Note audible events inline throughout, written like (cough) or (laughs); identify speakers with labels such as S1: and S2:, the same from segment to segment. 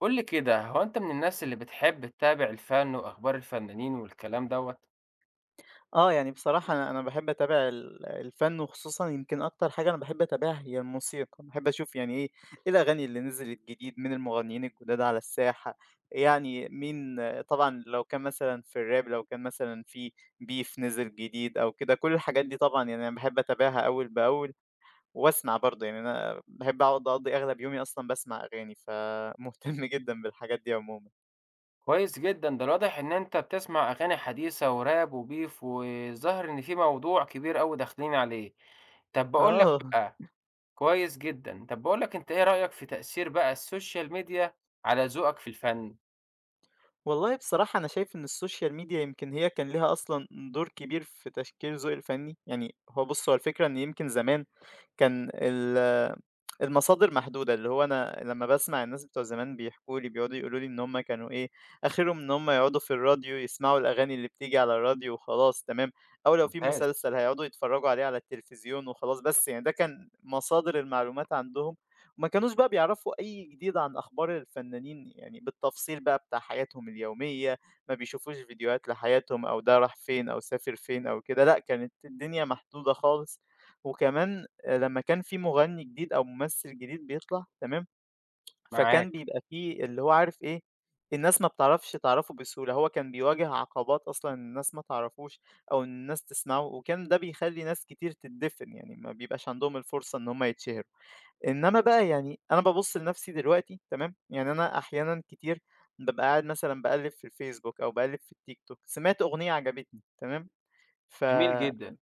S1: قُل لي كده، هو أنت من الناس اللي بتحب تتابع الفن وأخبار الفنانين والكلام دوّة؟
S2: آه، يعني بصراحة أنا باحب أتابع الفن وخصوصًا يمكن أكتر حاجة أنا باحب أتابعها هي الموسيقى، باحب أشوف يعني إيه الأغاني اللي نزلت جديد، مين المغنيين الجداد على الساحة، يعني مين طبعًا لو كان مثلًا في الراب لو كان مثلًا في beef نزل جديد أو كده، كل الحاجات دي طبعًا يعني أنا باحب أتابعها أول بأول وأسمع برضه، يعني أنا باحب أقعد أقضي أغلب يومي أصلًا باسمع أغاني، فمهتم (laughs) جدًا بالحاجات دي عمومًا.
S1: كويس جدًا، ده الواضح إن أنت بتسمع أغاني حديثة وراب وbeef والظاهر إن في موضوع كبير أوي داخلين عليه. طب باقول لك
S2: آه.
S1: بقى كويس جدًا، طب باقول لك أنت إيه رأيك في تأثير بقى الsocial media على ذوقك في الفن؟
S2: والله بصراحة أنا شايف إن السوشيال ميديا يمكن هي كان ليها أصلا دور كبير في تشكيل ذوقي الفني يعني هو بص هو الفكرة إن يمكن زمان كان المصادر محدودة، اللي هو أنا لمّا باسمع الناس بتوع زمان بيحكوا لي، بيقعدوا يقولوا لي إن هُم كانوا إيه، آخرهم إن هُم يقعدوا في الراديو يسمعوا الأغاني اللي بتيجي على الراديو وخلاص تمام، أو لو في
S1: ممتاز،
S2: مسلسل هيقعدوا يتفرّجوا عليه على التلفزيون وخلاص، بس يعني ده كان مصادر المعلومات عندهم، وما كانوش بقى بيعرفوا أي جديد عن أخبار الفنانين يعني بالتفصيل بقى بتاع حياتهم اليومية، ما بيشوفوش فيديوهات لحياتهم أو ده راح فين أو سافر فين أو كده، لأ كانت الدنيا محدودة خالص، وكمان لمّا كان في مغني جديد أو ممثل جديد بيطلع تمام، فكان
S1: معاك،
S2: بيبقى في اللي هو عارف إيه، الناس ما بتعرفش تعرفه بسهولة، هو كان بيواجه عقبات أصلًا إن الناس ما تعرفوش أو إن الناس تسمعه، وكان ده بيخلّي ناس كتير تتدفن، يعني ما بيبقاش عندهم الفرصة إن هُم يتشهروا. إنما بقى يعني أنا بابُص لنفسي دلوقتي تمام، يعني أنا أحيانًا كتير بابقى قاعد مثلًا باقلِّب في الفيسبوك أو باقلِّب في التيك توك، سمعت أغنية عجبتني تمام، ف
S1: جميل جدًا،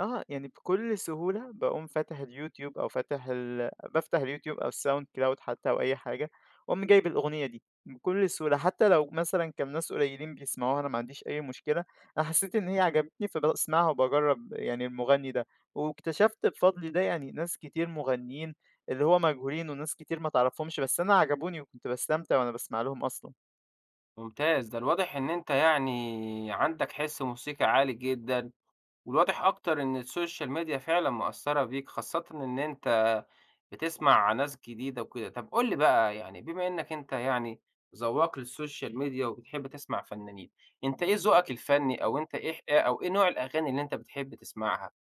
S2: آه، يعني بكل سهولة باقوم فاتح اليوتيوب أو فاتح ال بافتح اليوتيوب أو الSoundCloud حتى أو أي حاجة، وأقوم جايب الأغنية دي بكل سهولة، حتى لو مثلًا كان ناس قليلين بيسمعوها أنا ما عنديش أي مشكلة، أنا حسيت إن هي عجبتني فباسمعها وباجرّب يعني المغني ده، واكتشفت بفضل ده يعني ناس كتير مغنيين اللي هو مجهولين وناس كتير ما تعرفهمش، بس أنا عجبوني وكنت باستمتع وأنا باسمع لهم أصلًا.
S1: ممتاز، ده الواضح إن أنت يعني عندك حِس موسيقي عالي جدًا. والواضح أكتر إن السوشيال ميديا فعلًا مأثّرة بيك، خاصةً إن أنت بتسمع ناس جديدة وكده. طب قُل لي بقى يعني بما إنّك أنت يعني ذواق للسوشيال ميديا وبتحب تسمع فنانين، أنت إيه ذوقك الفني أو أنت إيه ح أو إيه نوع الأغاني اللي أنت بتحب تسمعها؟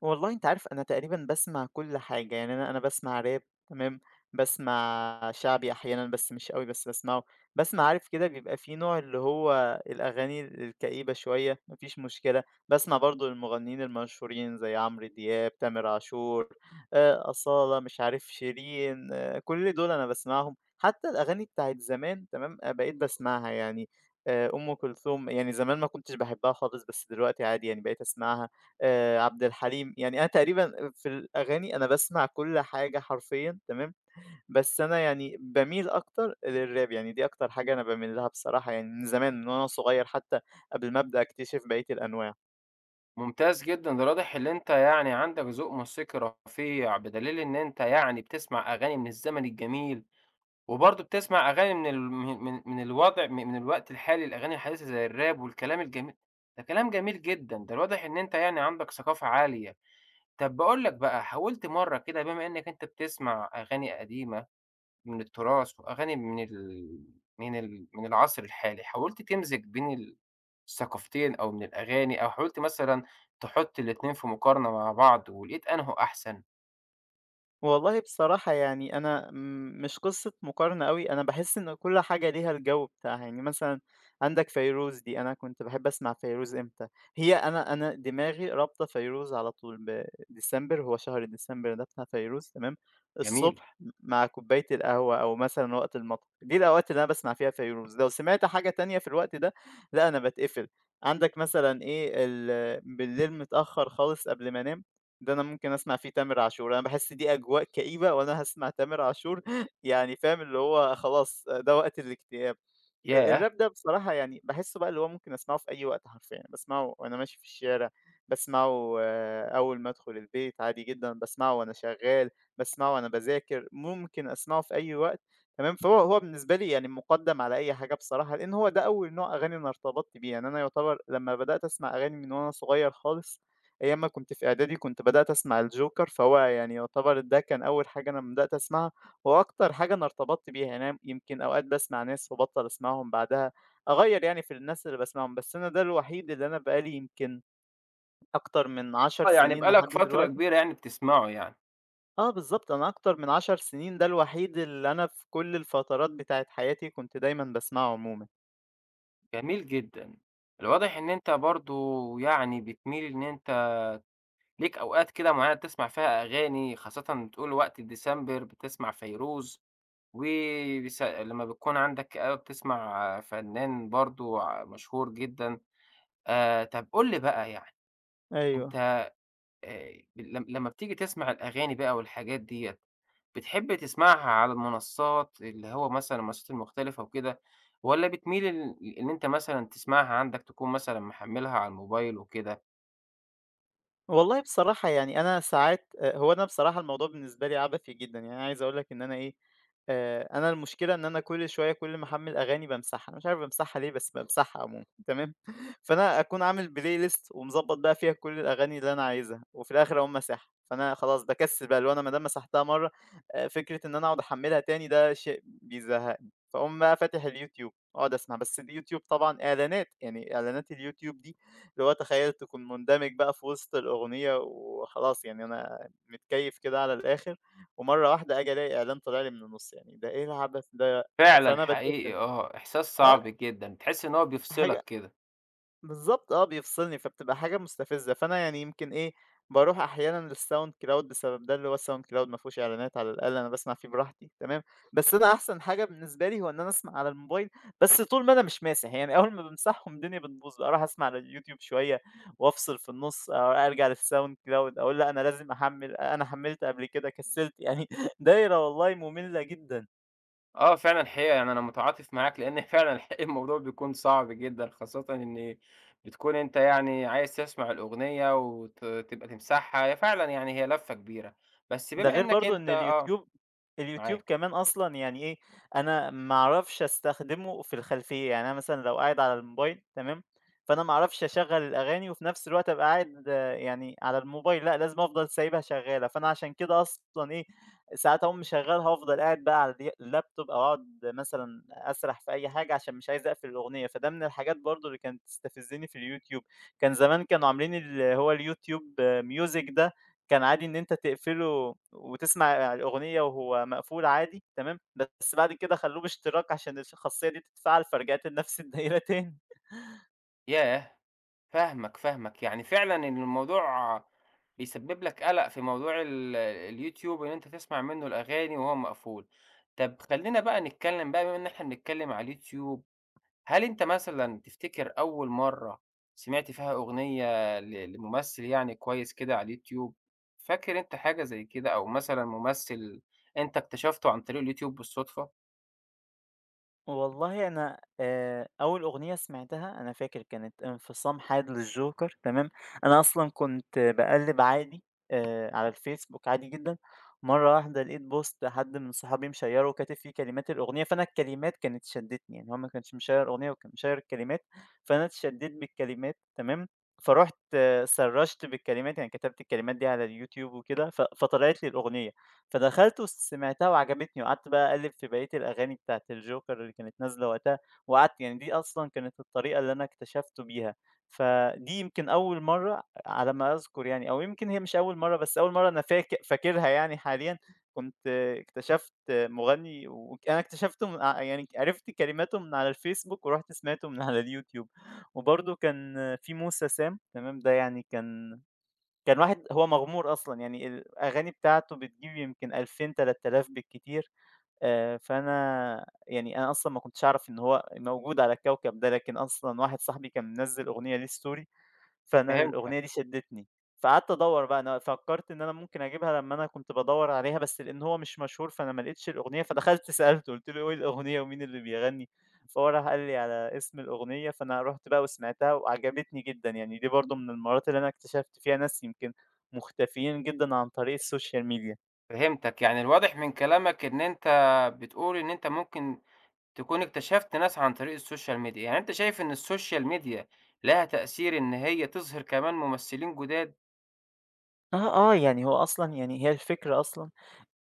S2: والله أنت عارف أنا تقريبًا باسمع كل حاجة، يعني أنا باسمع راب تمام، باسمع شعبي أحيانًا بس مش أوي بس باسمعه، باسمع عارف كده بيبقى في نوع اللي هو الأغاني الكئيبة شوية ما فيش مشكلة، باسمع برضه للمغنيين المشهورين زي عمرو دياب، تامر عاشور، أصالة، مش عارف شيرين، آه، كل دول أنا باسمعهم، حتى الأغاني بتاعة زمان تمام، بقيت باسمعها يعني، أم كلثوم يعني زمان ما كنتش باحبها خالص بس دلوقتي عادي يعني بقيت أسمعها. عبد الحليم، يعني أنا تقريبًا في الأغاني أنا باسمع كل حاجة حرفيًا تمام، بس أنا يعني باميل أكتر للراب، يعني دي أكتر حاجة أنا باميل لها بصراحة يعني من زمان من وأنا صغير حتى قبل ما أبدأ أكتشف بقية الأنواع.
S1: ممتاز جدًا، ده واضح إن أنت يعني عندك ذوق موسيقي رفيع بدليل إن أنت يعني بتسمع أغاني من الزمن الجميل. وبرضه بتسمع أغاني من الوضع من الوقت الحالي، الأغاني الحديثة زي الراب والكلام الجميل ده كلام جميل جدًا، ده الواضح إن أنت يعني عندك ثقافة عالية. طب باقول لك بقى، حاولت مرّة كده بما إنك أنت بتسمع أغاني قديمة من التراث وأغاني من من العصر الحالي، حاولت تمزج بين الثقافتين أو من الأغاني أو حاولت مثلًا تحط الاتنين في مقارنة مع بعض ولقيت أنهُ أحسن؟
S2: والله بصراحة يعني مش قصة مقارنة قوي أنا بحس إن كل حاجة ليها الجو بتاعها يعني مثلا عندك فيروز دي أنا كنت بحب أسمع فيروز إمتى هي أنا دماغي رابطة فيروز على طول بديسمبر هو شهر ديسمبر ده بتاع فيروز تمام
S1: جميل،
S2: الصبح مع كوباية القهوة أو مثلا وقت المطبخ دي الأوقات اللي أنا بسمع فيها فيروز لو سمعت حاجة تانية في الوقت ده لا أنا بتقفل عندك مثلا إيه بالليل متأخر خالص قبل ما أنام ده أنا ممكن أسمع فيه تامر عاشور، أنا باحس دي أجواء كئيبة وأنا هاسمع تامر عاشور (laughs) يعني فاهم، اللي هو خلاص ده وقت الاكتئاب.
S1: ياه!
S2: الراب ده بصراحة يعني باحسّه بقى اللي هو ممكن أسمعه في أي وقت حرفيًا، باسمعه وأنا ماشي في الشارع، باسمعه أول ما أدخل البيت عادي جدًا، باسمعه وأنا شغّال، باسمعه وأنا باذاكر، ممكن أسمعه في أي وقت تمام، فهو بالنسبة لي يعني مُقدّم على أي حاجة بصراحة، لإن هو ده أول نوع أغاني أنا ارتبطت بيه، يعني أنا يُعتبر لمّا بدأت أسمع أغاني من وأنا صغير خالص أيام ما كنت في إعدادي كنت بدأت أسمع الجوكر، فهو يعني يعتبر ده كان أول حاجة أنا بدأت أسمعها، هو أكتر حاجة أنا ارتبطت بيها، يعني أنا يمكن أوقات باسمع ناس وابطّل أسمعهم بعدها، أغيّر يعني في الناس اللي باسمعهم، بس أنا ده الوحيد اللي أنا بقى لي يمكن أكتر من 10
S1: آه، يعني
S2: سنين
S1: بقى لك
S2: لحد
S1: فترة
S2: دلوقتي
S1: كبيرة يعني بتسمعه يعني.
S2: آه بالضبط، أنا أكتر من 10 سنين ده الوحيد اللي أنا في كل الفترات بتاعة حياتي كنت دايمًا باسمعه عمومًا.
S1: جميل جدًا. الواضح إن أنت برضه يعني بتميل إن أنت ليك أوقات كده معيّنة بتسمع فيها أغاني، خاصةً بتقول وقت ديسمبر بتسمع فيروز، وبس لمّا بتكون عندك كآبة بتسمع فنان برضه ع مشهور جدًا. طب قُل لي بقى يعني
S2: أيوه.
S1: أنت لم لمّا بتيجي تسمع الأغاني بقى والحاجات ديّة، بتحب تسمعها على المنصات اللي هو مثلًا المنصات المختلفة وكده، والّا بتميل إن أنت مثلًا تسمعها عندك تكون مثلًا محمّلها على الموبايل وكده؟
S2: والله بصراحة يعني أنا ساعات هو أنا بصراحة الموضوع بالنسبة لي عبثي جدًا، يعني أنا عايز أقول لك إن أنا إيه، أنا المشكلة إن أنا كل شوية كل ما أحمّل أغاني بامسحها، أنا مش عارف بامسحها ليه بس بامسحها عمومًا تمام، (laughs) فأنا أكون عامل Playlist ومضبّط بقى فيها كل الأغاني اللي أنا عايزها، وفي الآخر أقوم ماسحها، فأنا خلاص باكسّل بقى اللي هو أنا ما دام مسحتها مرّة فكرة إن أنا أقعد أحمّلها تاني ده شيء بيزهّقني، فاقوم بقى فاتح الYouTube أقعد أسمع، بس الYouTube طبعًا إعلانات، يعني إعلانات الYouTube دي اللي هو تخيّل تكون مندمج بقى في وسط الأغنية وخلاص يعني أنا متكيّف كده على الآخر، ومرّة واحدة آجي ألاقي إعلان طالع لي من النُص يعني ده إيه العبث ده!
S1: فعلًا
S2: فأنا
S1: حقيقي
S2: باتقفل.
S1: آه، إحساس
S2: آه،
S1: صعب جدًا، تحس إن هو
S2: حاجة
S1: بيفصلك كده.
S2: بالضبط آه، بيفصلني، فبتبقى حاجة مستفزة، فأنا يعني يمكن إيه، باروح أحيانًا للSoundCloud بسبب ده، اللي هو الSoundCloud ما فيهوش إعلانات على الأقل أنا باسمع فيه براحتي تمام، بس أنا أحسن حاجة بالنسبة لي هو إن أنا أسمع على الموبايل، بس طول ما أنا مش ماسح، يعني أول ما بامسحهم الدنيا بتبوظ، باروح أسمع على الYouTube شوية وأفصل في النُص، أو أرجع للSoundCloud أقول لأ أنا لازم أحمّل، أنا حمّلت قبل كده كسّلت، يعني (laughs) دايرة والله مملة جدًا.
S1: آه، فعلًا الحقيقة يعني أنا متعاطف معاك، لإن (laughs) فعلًا الحقيقة الموضوع بيكون صعب جدًا، خاصةً إن بتكون أنت يعني عايز تسمع الأغنية تبقى تمسحها، هي فعلًا يعني هي لفة كبيرة، بس
S2: ده
S1: بما
S2: غير
S1: إنك
S2: برضه
S1: أنت
S2: إن
S1: آه،
S2: اليوتيوب
S1: معاك.
S2: كمان أصلًا يعني إيه، أنا ما أعرفش أستخدمه في الخلفية، يعني أنا مثلًا لو قاعد على الموبايل تمام، فأنا ما أعرفش أشغّل الأغاني وفي نفس الوقت أبقى قاعد آه، يعني على الموبايل، لأ لازم أفضل سايبها شغّالة، فأنا عشان كده أصلًا إيه، ساعات أقوم مشغّلها وأفضل قاعد بقى على اللابتوب أو أقعد مثلًا أسرح في أي حاجة عشان مش عايز أقفل الأغنية، فده من الحاجات برضه اللي كانت بتستفزني في اليوتيوب، كان زمان كانوا عاملين اللي هو اليوتيوب music ده كان عادي إن أنت تقفله وتسمع الأغنية وهو مقفول عادي تمام، بس بعد كده خلّوه باشتراك عشان الخاصية دي تتفعل، فرجعت لنفس الدايرة تاني.
S1: ياه! فاهمك، يعني فعلًا إن الموضوع بيسبب لك قلق في موضوع اليوتيوب إن أنت تسمع منه الأغاني وهو مقفول. طب خلّينا بقى نتكلم بقى بما إن إحنا بنتكلم على اليوتيوب هل أنت مثلًا تفتكر أول مرّة سمعت فيها أغنية لممثل يعني كويس كده على اليوتيوب، فاكر أنت حاجة زي كده أو مثلًا ممثل أنت اكتشفته عن طريق اليوتيوب بالصدفة؟
S2: والله أنا أول أغنية سمعتها أنا فاكر كانت انفصام حاد للجوكر تمام، أنا أصلًا كنت باقلِّب عادي على الفيسبوك عادي جدًا، مرّة واحدة لقيت بوست حد من صحابي مشيّره وكاتب فيه كلمات الأغنية، فأنا الكلمات كانت شدّتني، يعني هو ما كانش مشيّر الأغنية وكان مشيّر الكلمات، فأنا اتشدّيت بالكلمات تمام، فرُحت سرّشت بالكلمات، يعني كتبت الكلمات دي على اليوتيوب وكده ف فطلعت لي الأغنية. فدخلت وسمعتها وعجبتني، وقعدت بقى أقلِّب في بقية الأغاني بتاعة الجوكر اللي كانت نازلة وقتها، وقعدت يعني دي أصلًا كانت الطريقة اللي أنا اكتشفته بيها، فدي يمكن أول مرّة على ما أذكر يعني أو يمكن هي مش أول مرّة، بس أول مرّة أنا فاكرها يعني حاليًا، كنت اكتشفت مغني أنا اكتشفته من ع يعني عرفت كلماته من على الفيسبوك ورُحت سمعته من على اليوتيوب، وبرضه كان في موسى سام تمام، ده يعني كان واحد هو مغمور أصلًا، يعني الأغاني بتاعته بتجيب يمكن 2000، 3000 بالكتير، فأنا يعني أنا أصلًا ما كنتش أعرف إن هو موجود على الكوكب ده، لكن أصلًا واحد صاحبي كان منزّل أغنية ليه story فأنا
S1: فهمتك،
S2: الأغنية دي شدّتني، فقعدت أدوّر بقى أنا فكّرت إن أنا ممكن أجيبها لمّا أنا كنت بادوّر عليها، بس لإن هو مش مشهور فأنا ما لقيتش الأغنية، فدخلت سألته قُلت له: "إيه الأغنية ومين اللي بيغني؟" فهو راح قال لي على اسم الأغنية، فأنا رُحت بقى وسمعتها وعجبتني جدًا، يعني دي برضه من المرّات اللي أنا اكتشفت فيها ناس يمكن مختفيين جدًا عن طريق السوشيال ميديا.
S1: فهمتك، يعني الواضح من كلامك إن أنت بتقول إن أنت ممكن تكون اكتشفت ناس عن طريق السوشيال ميديا، يعني أنت شايف إن السوشيال ميديا لها تأثير إن هي تظهر كمان ممثلين جداد؟
S2: آه، آه، يعني هو أصلًا يعني هي الفكرة أصلًا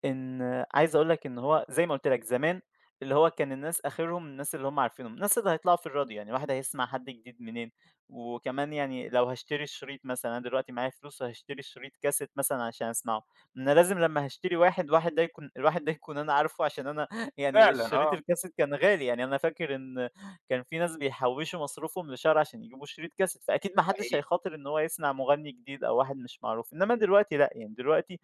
S2: إن عايز أقول لك إن هو زي ما قُلت لك زمان، اللي هو كان الناس آخرهم الناس اللي هم عارفينهم، الناس اللي هيطلعوا في الراديو، يعني الواحد هيسمع حد جديد منين؟ وكمان يعني لو هاشتري الشريط مثلًا، أنا دلوقتي معايا فلوس وهاشتري شريط كاسيت مثلًا عشان أسمعه، أنا لازم لمّا هاشتري واحد، واحد ده يكون الواحد ده يكون أنا عارفه عشان أنا (laughs) يعني
S1: فعلًا
S2: الشريط
S1: آه،
S2: الكاسيت كان غالي، يعني أنا فاكر إن كان في ناس بيحوّشوا مصروفهم لشهر عشان يجيبوا شريط كاسيت، فأكيد ما حدش
S1: حقيقي،
S2: هيخاطر إن هو يسمع مغني جديد أو واحد مش معروف، إنما دلوقتي لأ، يعني دلوقتي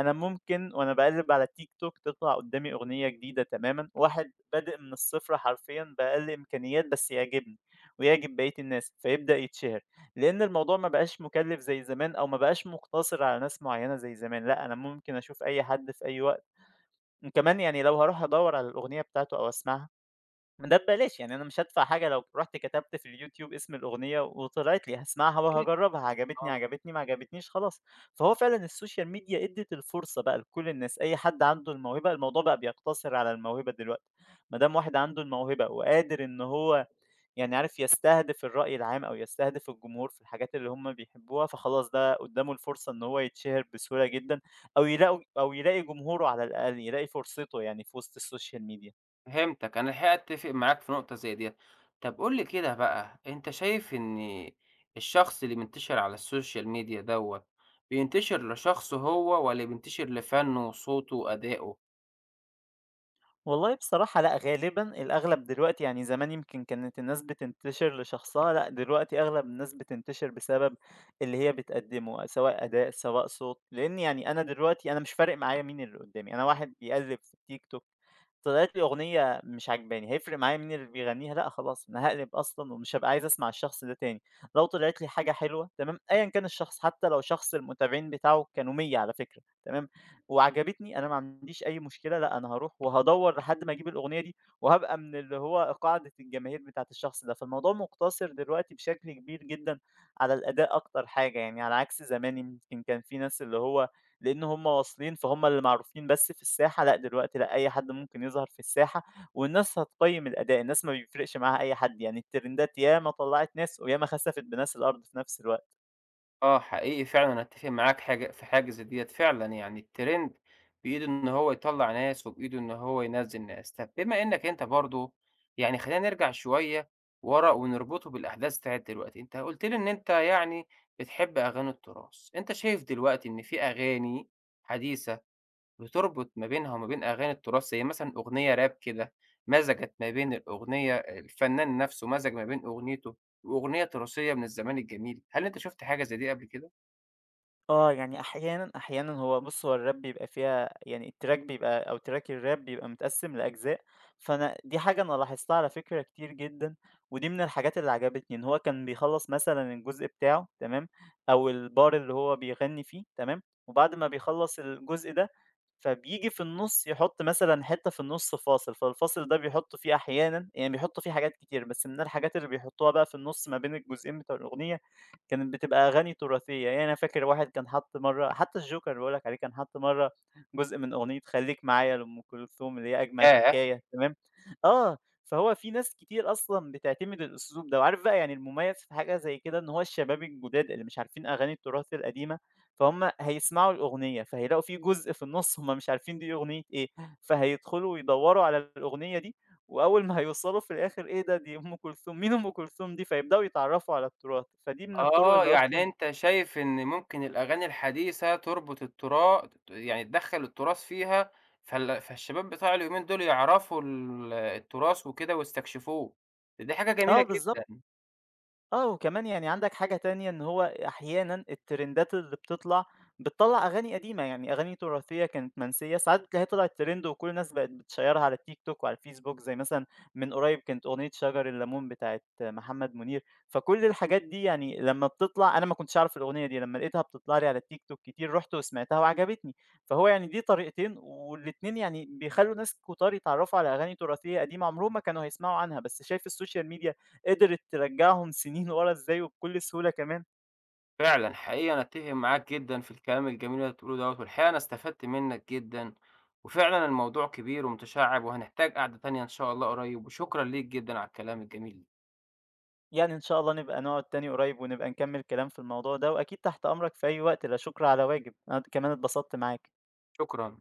S2: أنا ممكن وأنا باقلِّب على التيك توك تطلع قدّامي أغنية جديدة تمامًا، واحد بادئ من الصفر حرفيًا بأقل إمكانيات بس يعجبني، ويعجب بقية الناس، فيبدأ يتشهر، لإن الموضوع ما بقاش مُكلِّف زي زمان أو ما بقاش مُقتصِر على ناس معيّنة زي زمان، لأ أنا ممكن أشوف أي حد في أي وقت، وكمان يعني لو هاروح أدوّر على الأغنية بتاعته أو أسمعها ما ده ببلاش، يعني أنا مش هادفع حاجة لو رُحت كتبت في اليوتيوب اسم الأغنية وطلعت لي، هاسمعها
S1: أكيد،
S2: وهاجرّبها، عجبتني،
S1: آه.
S2: عجبتني، ما عجبتنيش خلاص. فهو فعلًا السوشيال ميديا ادّت الفرصة بقى لكل الناس، أي حد عنده الموهبة الموضوع بقى بيقتصر على الموهبة دلوقتي، ما دام واحد عنده الموهبة وقادر إن هو عارف يستهدف الرأي العام أو يستهدف الجمهور في الحاجات اللي هم بيحبوها، فخلاص ده قدّامه الفرصة إن هو يتشهر بسهولة جدًا أو يلاقي جمهوره على الأقل، يلاقي فرصته يعني في وسط السوشيال ميديا.
S1: فهمتك، أنا الحقيقة أتّفق معاك في نقطة زي ديّة. طَب قُل لي كده بقى، أنت شايف إن الشخص اللي بينتشر على السوشيال ميديا دوّة، بينتشر لشخصه هو والّا بينتشر لفنّه وصوته وأدائه؟
S2: والله بصراحة لأ، غالبًا الأغلب دلوقتي يعني زمان يمكن كانت الناس بتنتشر لشخصها، لأ دلوقتي أغلب الناس بتنتشر بسبب اللي هي بتقدّمه، سواء أداء، سواء صوت، لإن يعني أنا دلوقتي مش فارق معايا مين اللي قدّامي، أنا واحد بيقلِّب في التيك توك طلعت لي أغنية مش عاجباني، هيفرق معايا مين اللي بيغنيها؟ لأ خلاص، أنا هاقلب أصلًا ومش هابقى عايز أسمع الشخص ده تاني. لو طلعت لي حاجة حلوة تمام، أيًا كان الشخص، حتى لو شخص المتابعين بتاعه كانوا 100 على فكرة تمام، وعجبتني أنا ما عنديش أي مشكلة، لأ أنا هاروح وهادوّر لحد ما أجيب الأغنية دي، وهابقى من اللي هو قاعدة الجماهير بتاعة الشخص ده. فالموضوع مقتصر دلوقتي بشكل كبير جدًا على الأداء أكتر حاجة يعني، على عكس زمان يمكن كان في ناس اللي هو لإن هم واصلين فهم اللي معروفين بس في الساحة، لأ دلوقتي لأ أي حد ممكن يظهر في الساحة، والناس هتقيّم الأداء، الناس ما بيفرقش معاها أي حد، يعني الترندات ياما طلّعت ناس وياما خسفت بناس الأرض في نفس الوقت.
S1: آه، حقيقي فعلًا أنا أتّفق معاك حاجة في حاجة زي ديّة فعلًا، يعني الtrend بإيده إن هو يطلّع ناس وبإيده إن هو ينزّل ناس. طَب بما إنّك أنت برضه يعني خلّينا نرجع شوية ورا ونربطه بالأحداث بتاعة دلوقتي، أنت قُلت لي إن أنت يعني بتحب أغاني التراث، أنت شايف دلوقتي إن في أغاني حديثة بتربط ما بينها وما بين أغاني التراث زي مثلًا أغنية راب كده مزجت ما بين الأغنية الفنان نَفْسه مزج ما بين أغنيته وأغنية تراثية من الزمان الجميل، هل أنت شُفت حاجة زي دي قبل كده؟
S2: آه، يعني أحيانًا، هو بُص هو الراب بيبقى فيها يعني التراك بيبقى أو تراك الراب بيبقى متقسّم لأجزاء، دي حاجة أنا لاحظتها على فكرة كتير جدًا، ودي من الحاجات اللي عجبتني، إن هو كان بيخلّص مثلًا الجزء بتاعه تمام، أو الbar اللي هو بيغني فيه تمام، وبعد ما بيخلّص الجزء ده، فبييجي في النُص يحط مثلًا حتّة في النُص فاصل، فالفاصل ده بيحط فيه أحيانًا يعني بيحط فيه حاجات كتير، بس من الحاجات اللي بيحطوها بقى في النُص ما بين الجزئين بتوع الأغنية كانت بتبقى أغاني تراثية، يعني أنا فاكر واحد كان حَط مرّة حتى الجوكر اللي باقول لك عليه كان حَط مرّة جزء من أغنية خلّيك معايا لأم كلثوم اللي هي أجمل
S1: ياه!
S2: حكاية تمام. آه، فهو في ناس كتير أصلًا بتعتمد الأسلوب ده، وعارف بقى يعني المميز في حاجة زي كده إن هو الشباب الجداد اللي مش عارفين أغاني التراث القديمة، فهُم هيسمعوا الأغنية، فهيلاقوا في جزء في النُص هُم مش عارفين دي أغنية إيه، فهيدخلوا ويدوّروا على الأغنية دي وأول ما هيوصلوا في الآخر إيه ده دي أم كلثوم، مين أم كلثوم دي؟ فيبدأوا يتعرّفوا على التراث، فدي من الطرق
S1: آه،
S2: اللي
S1: يعني
S2: أصلًا
S1: أنت شايف إن ممكن الأغاني الحديثة تربط الترا يعني تدخّل التراث فيها، فالشباب بتاع اليومين دول يعرفوا التراث وكده ويستكشفوه، دي حاجة جميلة
S2: آه بالضبط.
S1: جدًا،
S2: آه، وكمان يعني عندك حاجة تانية إن هو أحيانًا الترندات اللي بتطلع، بتطلّع أغاني قديمة، يعني أغاني تراثية كانت منسية، ساعات بتلاقيها طلعت ترند وكل الناس بقت بتشيّرها على التيك توك وعلى الفيسبوك، زي مثلًا من قريب كانت أغنية شجر الليمون بتاعة محمد منير، فكل الحاجات دي يعني لمّا بتطلع أنا ما كنتش أعرف الأغنية دي، لمّا لقيتها بتطلع لي على التيك توك كتير، رُحت وسمعتها وعجبتني، فهو يعني دي طريقتين والاتنين يعني بيخلّوا ناس كتار يتعرّفوا على أغاني تراثية قديمة عمرهم ما كانوا هيسمعوا عنها، بس شايف السوشيال ميديا قدرت ترجّعهم سنين ورا إزاي وبكل سهولة كمان.
S1: فعلًا حقيقي أنا أتّفق معاك جدًا في الكلام الجميل اللي بتقوله دوّة، والحقيقة أنا استفدت منّك جدًا، وفعلًا الموضوع كبير ومتشعّب وهنحتاج قعدة تانية إن شاء الله قريب، وشكرًا ليك جدًا على الكلام الجميل،
S2: يعني إن شاء الله نبقى نقعد تاني قريب ونبقى نكمّل كلام في الموضوع ده، وأكيد تحت أمرك في أي وقت، لا شكر على واجب. أنا كمان اتبسطت معاك.
S1: شكرًا.